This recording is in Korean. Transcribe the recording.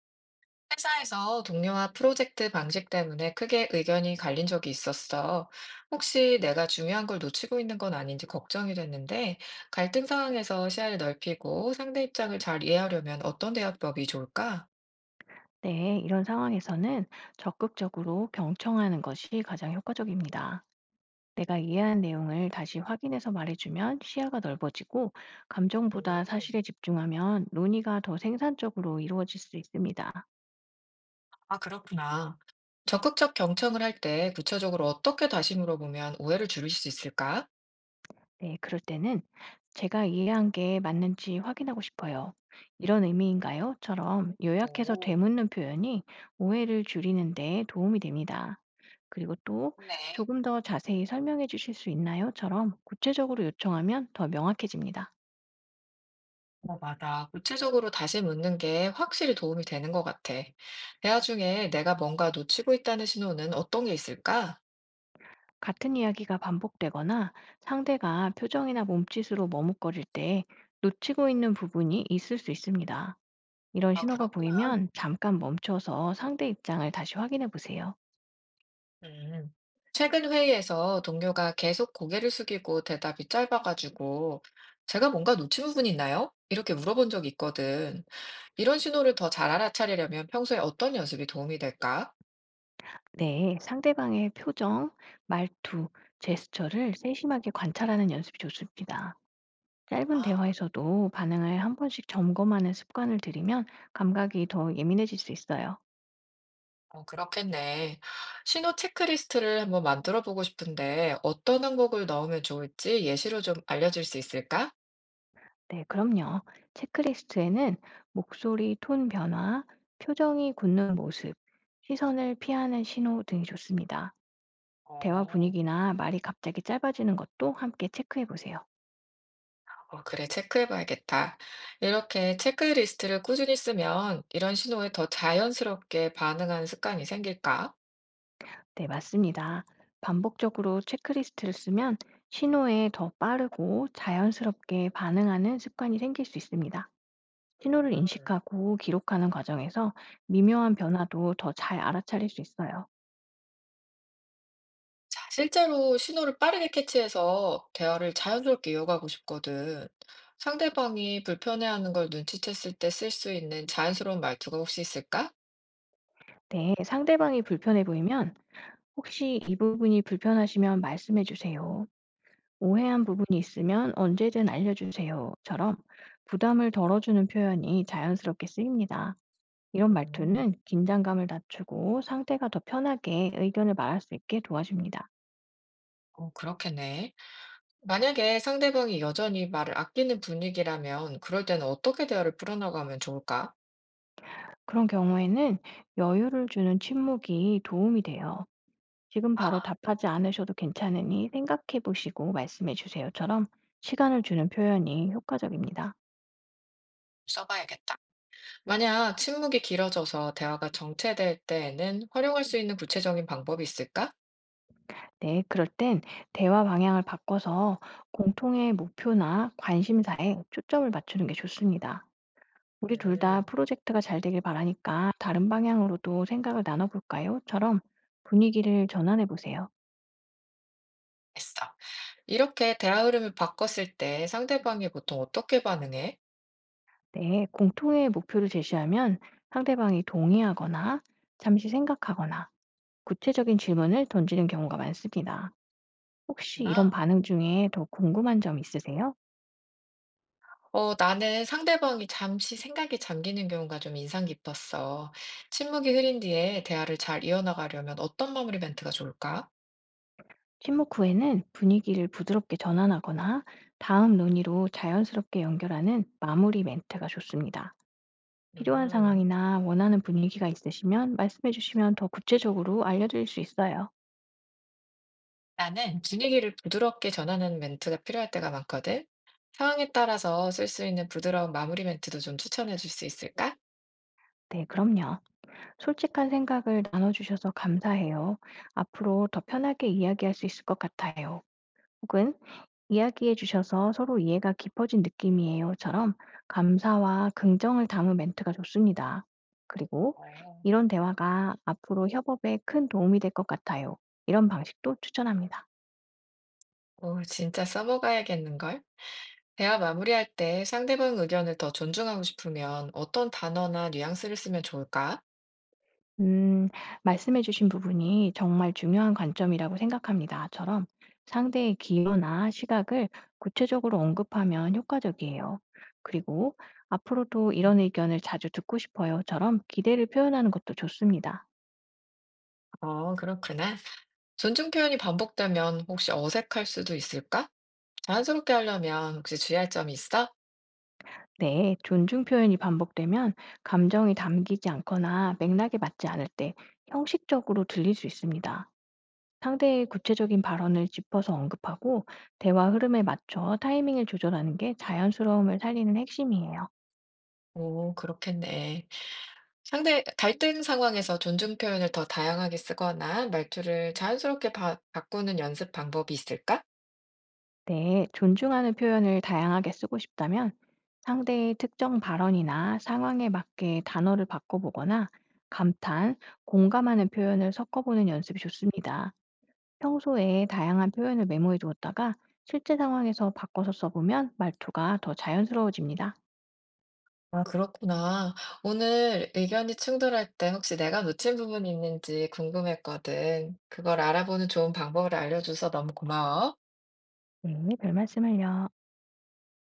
회사에서 동료와 프로젝트 방식 때문에 크게 의견이 갈린 적이 있었어. 혹시 내가 중요한 걸 놓치고 있는 건 아닌지 걱정이 됐는데, 갈등 상황에서 시야를 넓히고 상대 입장을 잘 이해하려면 어떤 대화법이 좋을까? 네, 이런 상황에서는 적극적으로 경청하는 것이 가장 효과적입니다. 내가 이해한 내용을 다시 확인해서 말해주면 시야가 넓어지고, 감정보다 음, 사실에 집중하면 논의가 더 생산적으로 이루어질 수 있습니다. 아, 그렇구나. 적극적 경청을 할 때 구체적으로 어떻게 다시 물어보면 오해를 줄일 수 있을까? 네, 그럴 때는 제가 이해한 게 맞는지 확인하고 싶어요. 이런 의미인가요? 처럼 요약해서 오, 되묻는 표현이 오해를 줄이는 데 도움이 됩니다. 그리고 또 네. "조금 더 자세히 설명해 주실 수 있나요?"처럼 구체적으로 요청하면 더 명확해집니다. 어, 맞아. 구체적으로 다시 묻는 게 확실히 도움이 되는 것 같아. 대화 중에 내가 뭔가 놓치고 있다는 신호는 어떤 게 있을까? 같은 이야기가 반복되거나 상대가 표정이나 몸짓으로 머뭇거릴 때 놓치고 있는 부분이 있을 수 있습니다. 이런 아, 신호가 그렇구나. 보이면 잠깐 멈춰서 상대 입장을 다시 확인해 보세요. 음. 최근 회의에서 동료가 계속 고개를 숙이고 대답이 짧아가지고 제가 뭔가 놓친 부분이 있나요? 이렇게 물어본 적이 있거든. 이런 신호를 더 잘 알아차리려면 평소에 어떤 연습이 도움이 될까? 네, 상대방의 표정, 말투, 제스처를 세심하게 관찰하는 연습이 좋습니다. 짧은 아. 대화에서도 반응을 한 번씩 점검하는 습관을 들이면 감각이 더 예민해질 수 있어요. 어, 그렇겠네. 신호 체크리스트를 한번 만들어 보고 싶은데 어떤 항목을 넣으면 좋을지 예시로 좀 알려줄 수 있을까? 네, 그럼요. 체크리스트에는 목소리 톤 변화, 표정이 굳는 모습, 시선을 피하는 신호 등이 좋습니다. 대화 어, 분위기나 말이 갑자기 짧아지는 것도 함께 체크해 보세요. 어, 그래, 체크해 봐야겠다. 이렇게 체크리스트를 꾸준히 쓰면 이런 신호에 더 자연스럽게 반응하는 습관이 생길까? 네, 맞습니다. 반복적으로 체크리스트를 쓰면 신호에 더 빠르고 자연스럽게 반응하는 습관이 생길 수 있습니다. 신호를 음. 인식하고 기록하는 과정에서 미묘한 변화도 더 잘 알아차릴 수 있어요. 자, 실제로 신호를 빠르게 캐치해서 대화를 자연스럽게 이어가고 싶거든. 상대방이 불편해하는 걸 눈치챘을 때 쓸 수 있는 자연스러운 말투가 혹시 있을까? 네, 상대방이 불편해 보이면 혹시 이 부분이 불편하시면 말씀해 주세요. 오해한 부분이 있으면 언제든 알려주세요.처럼 부담을 덜어주는 표현이 자연스럽게 쓰입니다. 이런 음. 말투는 긴장감을 낮추고 상대가 더 편하게 의견을 말할 수 있게 도와줍니다. 어 그렇겠네. 만약에 상대방이 여전히 말을 아끼는 분위기라면 그럴 때는 어떻게 대화를 풀어나가면 좋을까? 그런 경우에는 여유를 주는 침묵이 도움이 돼요. 지금 바로 아, 답하지 않으셔도 괜찮으니 생각해 보시고 말씀해 주세요처럼 시간을 주는 표현이 효과적입니다. 써봐야겠다. 만약 침묵이 길어져서 대화가 정체될 때에는 활용할 수 있는 구체적인 방법이 있을까? 네, 그럴 땐 대화 방향을 바꿔서 공통의 목표나 관심사에 초점을 맞추는 게 좋습니다. 우리 둘 다 음, 프로젝트가 잘 되길 바라니까 다른 방향으로도 생각을 나눠볼까요?처럼 분위기를 전환해 보세요. 됐어. 이렇게 대화 흐름을 바꿨을 때 상대방이 보통 어떻게 반응해? 네, 공통의 목표를 제시하면 상대방이 동의하거나 잠시 생각하거나 구체적인 질문을 던지는 경우가 많습니다. 혹시 이런 그렇구나. 반응 중에 더 궁금한 점 있으세요? 어, 나는 상대방이 잠시 생각에 잠기는 경우가 좀 인상 깊었어. 침묵이 흐린 뒤에 대화를 잘 이어나가려면 어떤 마무리 멘트가 좋을까? 침묵 후에는 분위기를 부드럽게 전환하거나 다음 논의로 자연스럽게 연결하는 마무리 멘트가 좋습니다. 필요한 음. 상황이나 원하는 분위기가 있으시면 말씀해 주시면 더 구체적으로 알려드릴 수 있어요. 나는 분위기를 부드럽게 전하는 멘트가 필요할 때가 많거든. 상황에 따라서 쓸 수 있는 부드러운 마무리 멘트도 좀 추천해 줄 수 있을까? 네, 그럼요. 솔직한 생각을 나눠주셔서 감사해요. 앞으로 더 편하게 이야기할 수 있을 것 같아요. 혹은 이야기해 주셔서 서로 이해가 깊어진 느낌이에요.처럼 감사와 긍정을 담은 멘트가 좋습니다. 그리고 어. 이런 대화가 앞으로 협업에 큰 도움이 될 것 같아요. 이런 방식도 추천합니다. 오, 진짜 써먹어야겠는걸? 대화 마무리할 때 상대방 의견을 더 존중하고 싶으면 어떤 단어나 뉘앙스를 쓰면 좋을까? 음, 말씀해 주신 부분이 정말 중요한 관점이라고 생각합니다.처럼 상대의 기여나 시각을 구체적으로 언급하면 효과적이에요. 그리고 앞으로도 음. 이런 의견을 자주 듣고 싶어요.처럼 기대를 표현하는 것도 좋습니다. 어, 그렇구나. 존중 표현이 반복되면 혹시 어색할 수도 있을까? 자연스럽게 하려면 혹시 주의할 점이 있어? 네, 존중 표현이 반복되면 감정이 담기지 않거나 맥락에 맞지 않을 때 형식적으로 들릴 수 있습니다. 상대의 구체적인 발언을 짚어서 언급하고 대화 흐름에 맞춰 타이밍을 조절하는 게 자연스러움을 살리는 핵심이에요. 오, 그렇겠네. 상대, 갈등 상황에서 존중 표현을 더 다양하게 쓰거나 말투를 자연스럽게 바꾸는 연습 방법이 있을까? 네, 존중하는 표현을 다양하게 쓰고 싶다면 상대의 특정 발언이나 상황에 맞게 단어를 바꿔보거나 감탄, 공감하는 표현을 섞어보는 연습이 좋습니다. 평소에 다양한 표현을 메모해 두었다가 실제 상황에서 바꿔서 써보면 말투가 더 자연스러워집니다. 아, 그렇구나. 오늘 의견이 충돌할 때 혹시 내가 놓친 부분이 있는지 궁금했거든. 그걸 알아보는 좋은 방법을 알려줘서 너무 고마워. 네, 별 말씀을요.